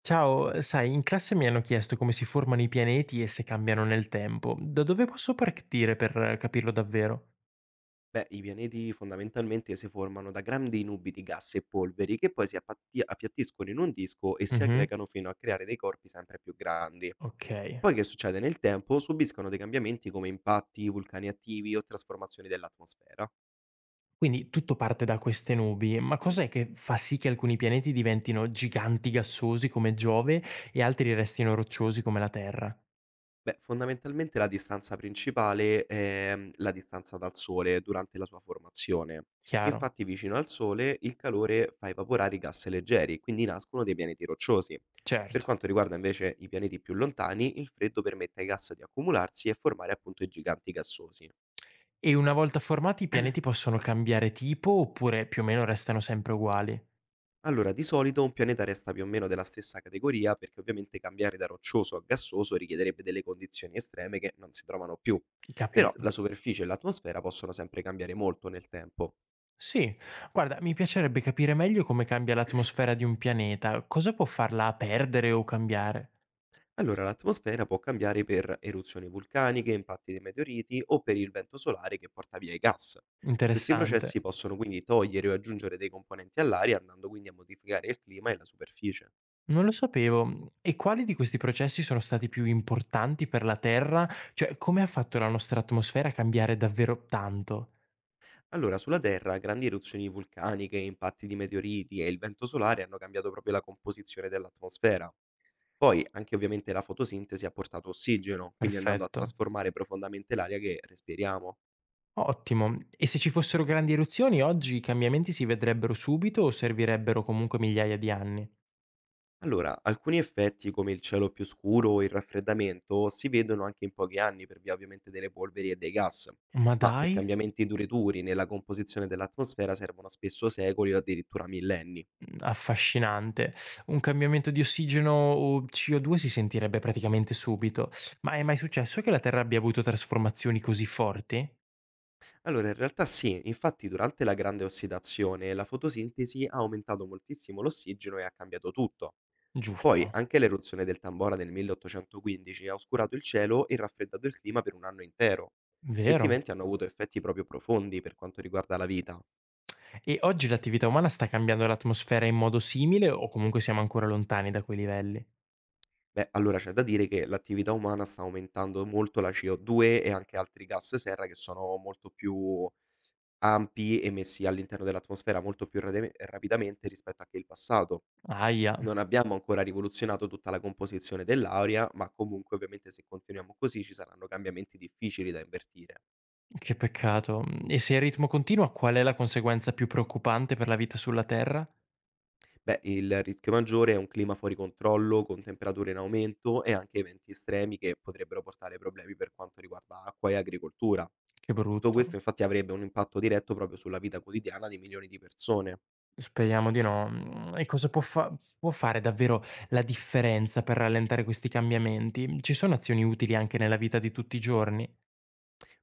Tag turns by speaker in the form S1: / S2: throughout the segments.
S1: Ciao, sai, in classe mi hanno chiesto come si formano i pianeti e se cambiano nel tempo. Da dove posso partire per capirlo davvero?
S2: Beh, i pianeti fondamentalmente si formano da grandi nubi di gas e polveri che poi si appiattiscono in un disco e si
S1: Mhm,
S2: aggregano fino a creare dei corpi sempre più grandi.
S1: ok.
S2: Poi che succede nel tempo subiscono dei cambiamenti come impatti, vulcani attivi o trasformazioni dell'atmosfera.
S1: Quindi tutto parte da queste nubi, ma cos'è che fa sì che alcuni pianeti diventino giganti gassosi come Giove e altri restino rocciosi come la Terra?
S2: Beh, fondamentalmente la distanza principale è, la distanza dal sole durante la sua formazione.
S1: Chiaro?
S2: Infatti vicino al sole il calore fa evaporare i gas leggeri, quindi nascono dei pianeti rocciosi. Per
S1: Certo.
S2: quanto riguarda invece i pianeti più lontani, il freddo permette ai gas di accumularsi e formare appunto i giganti gassosi.
S1: E una volta formati i pianeti possono cambiare tipo oppure più o meno restano sempre uguali?
S2: Allora, di solito un pianeta resta più o meno della stessa categoria perché ovviamente cambiare da roccioso a gassoso richiederebbe delle condizioni estreme che non si trovano più. Però la
S1: Capito.
S2: superficie e l'atmosfera possono sempre cambiare molto nel tempo.
S1: Sì, guarda, mi piacerebbe capire meglio come cambia l'atmosfera di un pianeta, cosa può farla perdere o cambiare.
S2: Allora, l'atmosfera può cambiare per eruzioni vulcaniche, impatti dei meteoriti o per il vento solare che porta via i gas. Questi
S1: Interessante.
S2: processi possono quindi togliere o aggiungere dei componenti all'aria, andando quindi a modificare il clima e la superficie.
S1: Non lo sapevo. E quali di questi processi sono stati più importanti per la Terra? Cioè, come ha fatto la nostra atmosfera a cambiare davvero tanto?
S2: Allora, sulla Terra, grandi eruzioni vulcaniche, impatti di meteoriti e il vento solare hanno cambiato proprio la composizione dell'atmosfera. Poi, anche ovviamente la fotosintesi ha portato ossigeno, quindi andando a
S1: Perfetto.
S2: trasformare profondamente l'aria che respiriamo.
S1: Ottimo. E se ci fossero grandi eruzioni, oggi i cambiamenti si vedrebbero subito o servirebbero comunque migliaia di anni?
S2: Allora, alcuni effetti come il cielo più scuro o il raffreddamento si vedono anche in pochi anni per via ovviamente delle polveri e dei gas,
S1: Ma
S2: ma per
S1: dai.
S2: cambiamenti duraturi nella composizione dell'atmosfera servono spesso secoli o addirittura millenni.
S1: Mhmm, affascinante. Un cambiamento di ossigeno o CO2 si sentirebbe praticamente subito. Ma è mai successo che la Terra abbia avuto trasformazioni così forti?
S2: Allora, in realtà sì, infatti durante la grande ossidazione la fotosintesi ha aumentato moltissimo l'ossigeno e ha cambiato tutto.
S1: Giusto,
S2: Poi anche l'eruzione del Tambora nel 1815 ha oscurato il cielo e raffreddato il clima per un anno intero. Questi
S1: vero.
S2: eventi hanno avuto effetti proprio profondi per quanto riguarda la vita.
S1: E oggi l'attività umana sta cambiando l'atmosfera in modo simile o comunque siamo ancora lontani da quei livelli?
S2: Beh, allora c'è da dire che l'attività umana sta aumentando molto la CO2 e anche altri gas serra che sono molto più ampi emessi all'interno dell'atmosfera molto più rapidamente rispetto a che il passato.
S1: Ahia,
S2: Non abbiamo ancora rivoluzionato tutta la composizione dell'aria, ma comunque ovviamente se continuiamo così ci saranno cambiamenti difficili da invertire.
S1: che peccato. E se il ritmo continua, qual è la conseguenza più preoccupante per la vita sulla Terra?
S2: Beh, il rischio maggiore è un clima fuori controllo, con temperature in aumento e anche eventi estremi che potrebbero portare problemi per quanto riguarda acqua e agricoltura.
S1: Che
S2: Tutto
S1: brutto.
S2: questo infatti avrebbe un impatto diretto proprio sulla vita quotidiana di milioni di persone.
S1: Speriamo di no. Mhmm, e cosa può fare davvero la differenza per rallentare questi cambiamenti? Ci sono azioni utili anche nella vita di tutti i giorni?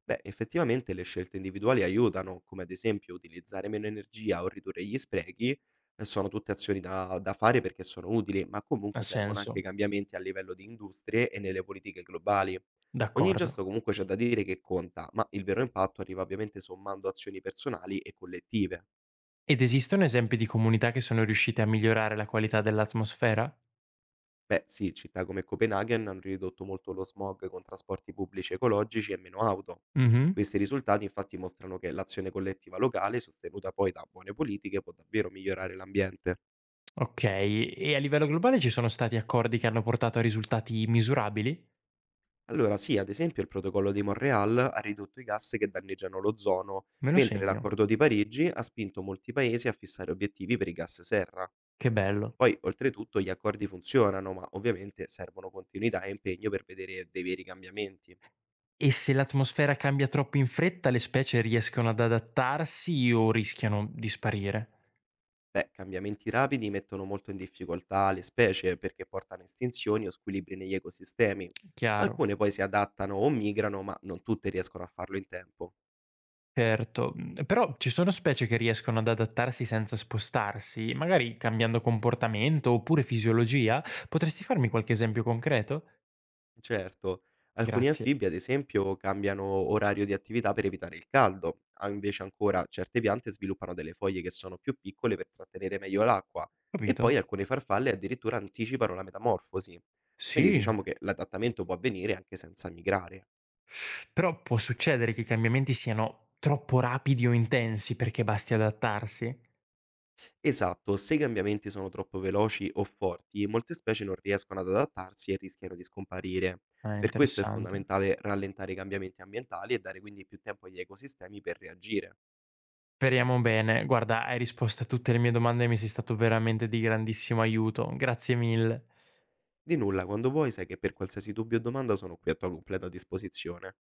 S2: Beh, effettivamente le scelte individuali aiutano, come ad esempio utilizzare meno energia o ridurre gli sprechi, sono tutte azioni da fare perché sono utili, ma
S1: Ha
S2: comunque servono anche
S1: senso,
S2: cambiamenti a livello di industrie e nelle politiche globali. Ogni
S1: d'accordo.
S2: gesto comunque c'è da dire che conta, ma il vero impatto arriva ovviamente sommando azioni personali e collettive.
S1: Ed esistono esempi di comunità che sono riuscite a migliorare la qualità dell'atmosfera?
S2: Beh, sì, città come Copenaghen hanno ridotto molto lo smog con trasporti pubblici ecologici e meno auto.
S1: Mh-mh.
S2: Questi risultati infatti mostrano che l'azione collettiva locale, sostenuta poi da buone politiche, può davvero migliorare l'ambiente.
S1: Okay, e a livello globale ci sono stati accordi che hanno portato a risultati misurabili?
S2: Allora sì, ad esempio il protocollo di Montreal ha ridotto i gas che danneggiano l'ozono,
S1: Me lo
S2: mentre
S1: segno.
S2: l'accordo di Parigi ha spinto molti paesi a fissare obiettivi per i gas serra.
S1: Che bello.
S2: Poi oltretutto gli accordi funzionano, ma ovviamente servono continuità e impegno per vedere dei veri cambiamenti.
S1: E se l'atmosfera cambia troppo in fretta, le specie riescono ad adattarsi o rischiano di sparire?
S2: Beh, cambiamenti rapidi mettono molto in difficoltà le specie perché portano a estinzioni o squilibri negli ecosistemi.
S1: Chiaro.
S2: Alcune poi si adattano o migrano, ma non tutte riescono a farlo in tempo.
S1: Certo, mhmm, però ci sono specie che riescono ad adattarsi senza spostarsi, magari cambiando comportamento oppure fisiologia? Potresti farmi qualche esempio concreto?
S2: Certo, alcuni
S1: Grazie.
S2: anfibi, ad esempio, cambiano orario di attività per evitare il caldo, ah, invece ancora certe piante sviluppano delle foglie che sono più piccole per trattenere meglio l'acqua e
S1: Capito?
S2: poi alcune farfalle addirittura anticipano la metamorfosi. Quindi
S1: Sì.
S2: diciamo che l'adattamento può avvenire anche senza migrare.
S1: Però può succedere che i cambiamenti siano troppo rapidi o intensi perché basti adattarsi?
S2: Esatto, se i cambiamenti sono troppo veloci o forti, molte specie non riescono ad adattarsi e rischiano di scomparire.
S1: Ah,
S2: Per questo è
S1: interessante.
S2: fondamentale rallentare i cambiamenti ambientali e dare quindi più tempo agli ecosistemi per reagire.
S1: Speriamo bene. Guarda, hai risposto a tutte le mie domande e mi sei stato veramente di grandissimo aiuto. Grazie mille.
S2: Di nulla, quando vuoi, sai che per qualsiasi dubbio o domanda sono qui a tua completa disposizione.